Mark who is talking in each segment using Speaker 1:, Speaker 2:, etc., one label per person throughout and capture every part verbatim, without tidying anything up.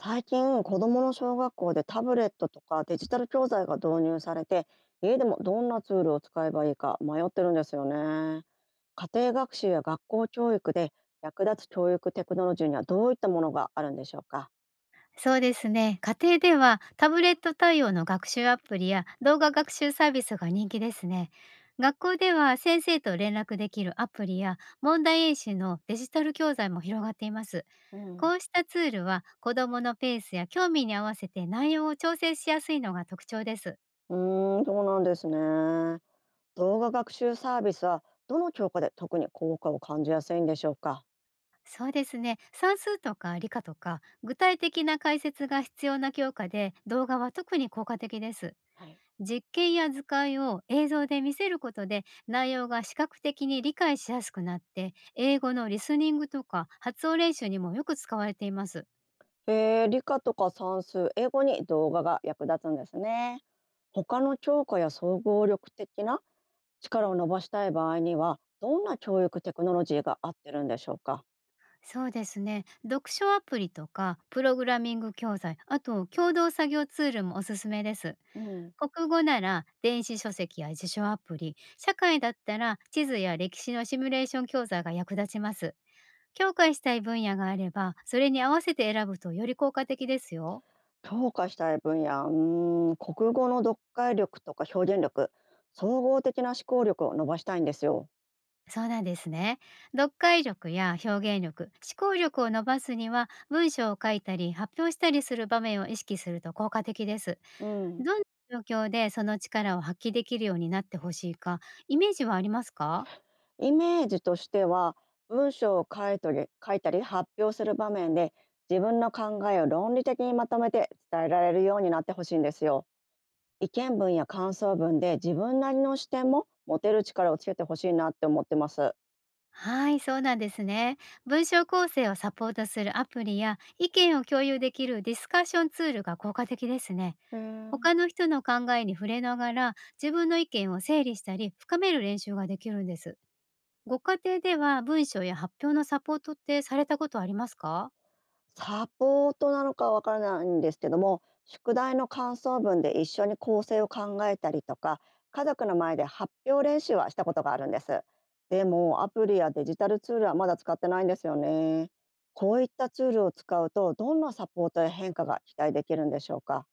Speaker 1: 最近子どもの小学校でタブレットとかデジタル教材が導入されて、家でもどんなツールを使えばいいか迷ってるんですよね。家庭学習や学校教育で役立つ教育テクノロジーにはどういったものがあるんでしょうか。
Speaker 2: そうですね。家庭ではタブレット対応の学習アプリや動画学習サービスが人気ですね。学校では先生と連絡できるアプリや問題演習のデジタル教材も広がっています。
Speaker 1: うん、
Speaker 2: こうしたツールは子どものペースや興味に合わせて内容を調整しやすいのが特徴です。
Speaker 1: うーん、そうなんですね。動画学習サービスはどの教科で特に効果を感じやすいんでしょうか？
Speaker 2: そうですね。算数とか理科とか具体的な解説が必要な教科で動画は特に効果的です。
Speaker 1: はい、
Speaker 2: 実験や図解を映像で見せることで内容が視覚的に理解しやすくなって、英語のリスニングとか発音練習にもよく使われています。
Speaker 1: えー理科とか算数英語に動画が役立つんですね。他の教科や総合力的な力を伸ばしたい場合にはどんな教育テクノロジーが合ってるんでしょうか？
Speaker 2: そうですね、読書アプリとかプログラミング教材、あと共同作業ツールもおすすめです。
Speaker 1: うん、
Speaker 2: 国語なら電子書籍や辞書アプリ、社会だったら地図や歴史のシミュレーション教材が役立ちます。強化したい分野があれば、それに合わせて選ぶとより効果的ですよ。
Speaker 1: 強化したい分野、うーん国語の読解力とか表現力、総合的な思考力を伸ばしたいんですよ。
Speaker 2: そうなんですね。読解力や表現力、思考力を伸ばすには、文章を書いたり発表したりする場面を意識すると効果的です。
Speaker 1: うん、
Speaker 2: どんな状況でその力を発揮できるようになってほしいか、イメージはありますか？
Speaker 1: イメージとしては、文章を書いたり書いたり発表する場面で、自分の考えを論理的にまとめて伝えられるようになってほしいんですよ。意見文や感想文で自分なりの視点も持てる力をつけてほしいなって思ってます。
Speaker 2: はい、そうなんですね。文章構成をサポートするアプリや、意見を共有できるディスカッションツールが効果的ですね。
Speaker 1: へえ。
Speaker 2: 他の人の考えに触れながら、自分の意見を整理したり、深める練習ができるんです。ご家庭では文章や発表のサポートってされたことありますか？
Speaker 1: サポートなのかわからないんですけども、宿題の感想文で一緒に構成を考えたりとか、家族の前で発表練習はしたことがあるんです。でもアプリやデジタルツールはまだ使ってないんですよね。こういったツールを使うとどんなサポートや変化が期待できるんでしょうか？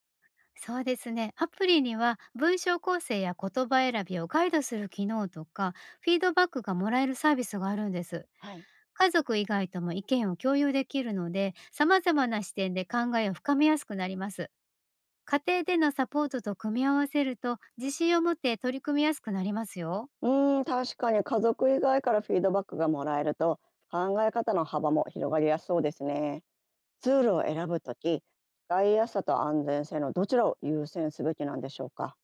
Speaker 2: そうですね。アプリには文章構成や言葉選びをガイドする機能とか、フィードバックがもらえるサービスがあるんです。
Speaker 1: はい。
Speaker 2: 家族以外とも意見を共有できるので、様々な視点で考えを深めやすくなります。家庭でのサポートと組み合わせると、自信を持って取り組みやすくなりますよ。
Speaker 1: うーん確かに家族以外からフィードバックがもらえると、考え方の幅も広がりやすそうですね。ツールを選ぶとき、使いやすさと安全性のどちらを優先すべきなんでしょうか。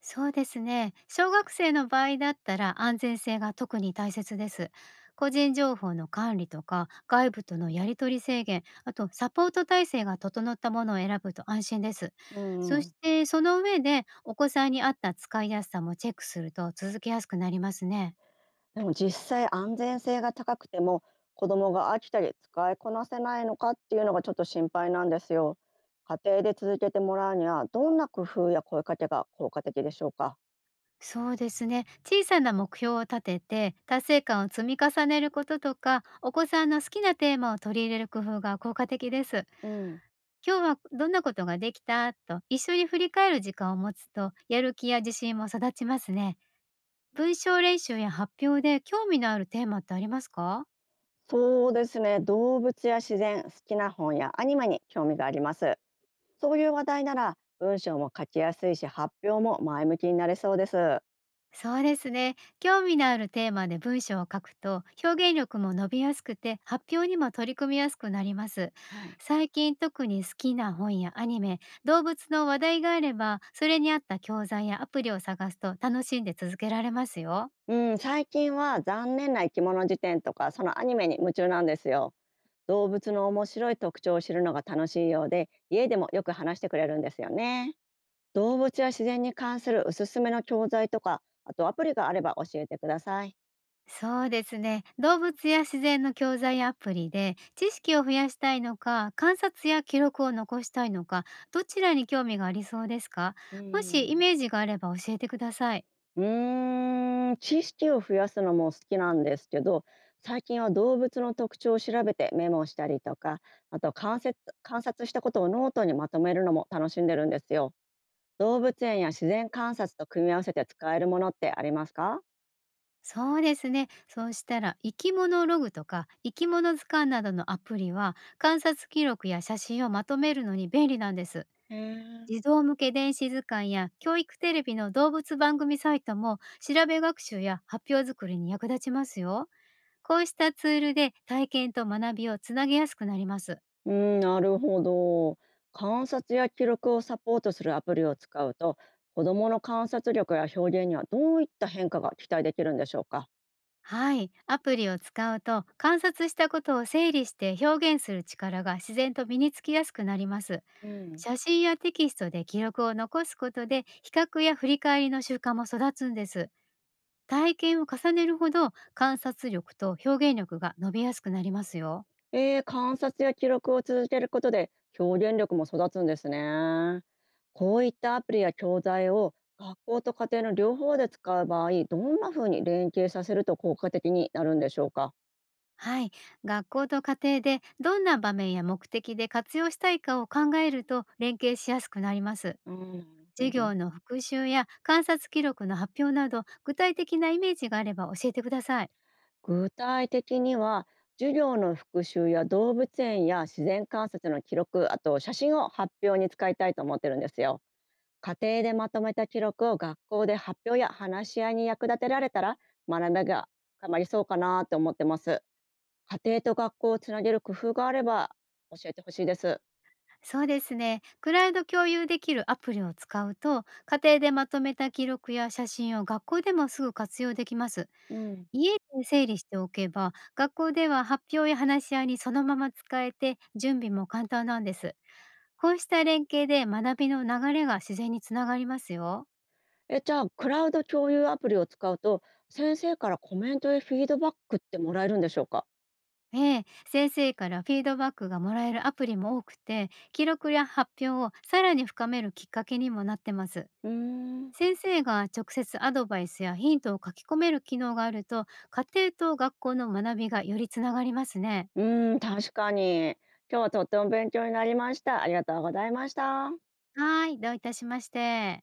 Speaker 2: そうですね。小学生の場合だったら、安全性が特に大切です。個人情報の管理とか外部とのやり取り制限、あとサポート体制が整ったものを選ぶと安心です。
Speaker 1: うん
Speaker 2: そ
Speaker 1: うん、
Speaker 2: してその上でお子さんに合った使いやすさもチェックすると続けやすくなりますね。
Speaker 1: でも実際安全性が高くても、子供が飽きたり使いこなせないのかっていうのがちょっと心配なんですよ。家庭で続けてもらうにはどんな工夫や声かけが効果的でしょうか。
Speaker 2: そうですね。小さな目標を立てて達成感を積み重ねることとか、お子さんの好きなテーマを取り入れる工夫が効果的です。
Speaker 1: うん、
Speaker 2: 今日はどんなことができたと一緒に振り返る時間を持つと、やる気や自信も育ちますね。文章練習や発表で興味のあるテーマってありますか？
Speaker 1: そうですね。動物や自然、好きな本やアニメに興味があります。そういう話題なら文章も書きやすいし、発表も前向きになれそうです。
Speaker 2: そうですね。興味のあるテーマで文章を書くと表現力も伸びやすくて、発表にも取り組みやすくなります。
Speaker 1: はい。
Speaker 2: 最近特に好きな本やアニメ、動物の話題があれば、それに合った教材やアプリを探すと楽しんで続けられますよ。
Speaker 1: うん、最近は残念な生き物辞典とか、そのアニメに夢中なんですよ。動物の面白い特徴を知るのが楽しいようで、家でもよく話してくれるんですよね。動物や自然に関するおすすめの教材とか、あとアプリがあれば教えてください。
Speaker 2: そうですね。動物や自然の教材やアプリで知識を増やしたいのか、観察や記録を残したいのか、どちらに興味がありそうですか？
Speaker 1: う
Speaker 2: もしイ
Speaker 1: ん、
Speaker 2: メージがあれば教えてください。
Speaker 1: うーん、知識を増やすのも好きなんですけど、最近は動物の特徴を調べてメモしたりとか、あと観察観察したことをノートにまとめるのも楽しんでるんですよ。動物園や自然観察と組み合わせて使えるものってありますか？
Speaker 2: そうですね。そうしたら、生き物ログとか、生き物図鑑などのアプリは、観察記録や写真をまとめるのに便利なんです。
Speaker 1: へえ。
Speaker 2: 児童向け電子図鑑や教育テレビの動物番組サイトも、調べ学習や発表作りに役立ちますよ。こうしたツールで体験と学びをつなげやすくなります。
Speaker 1: うーん、なるほど。観察や記録をサポートするアプリを使うと、子どもの観察力や表現にはどういった変化が期待できるんでしょうか。
Speaker 2: はい。アプリを使うと観察したことを整理して表現する力が自然と身につきやすくなります。
Speaker 1: うん、
Speaker 2: 写真やテキストで記録を残すことで、比較や振り返りの習慣も育つんです。体験を重ねるほど観察力と表現力が伸びやすくなりますよ。
Speaker 1: えー観察や記録を続けることで表現力も育つんですね。こういったアプリや教材を学校と家庭の両方で使う場合、どんな風に連携させると効果的になるんでしょうか。
Speaker 2: はい。学校と家庭でどんな場面や目的で活用したいかを考えると、連携しやすくなります。
Speaker 1: ああ、なるほ
Speaker 2: 授
Speaker 1: ど。
Speaker 2: 業の復習や観察記録の発表など、具体的なイメージがあれば教えてください。
Speaker 1: 具体的には、授業の復習や動物園や自然観察の記録、あと写真を発表に使いたいと思ってるんですよ。家庭でまとめた記録を学校で発表や話し合いに役立てられたら、学びが深まりそうかなと思ってます。家庭と学校をつなげる工夫があれば教えてほしいです。
Speaker 2: そうですね。クラウド共有できるアプリを使うと、家庭でまとめた記録や写真を学校でもすぐ活用できます。
Speaker 1: うん、
Speaker 2: 家で整理しておけば、学校では発表や話し合いにそのまま使えて、準備も簡単なんです。こうした連携で学びの流れが自然につながりますよ。
Speaker 1: えじゃあクラウド共有アプリを使うと、先生からコメントやフィードバックってもらえるんでしょうか？
Speaker 2: ええ、先生からフィードバックがもらえるアプリも多くて、記録や発表をさらに深めるきっかけにもなってます。
Speaker 1: うーん
Speaker 2: 先生が直接アドバイスやヒントを書き込める機能があると、家庭と学校の学びがよりつながりますね。
Speaker 1: うーん確かに今日はとっても勉強になりました。ありがとうございました。
Speaker 2: はい、どういたしまして。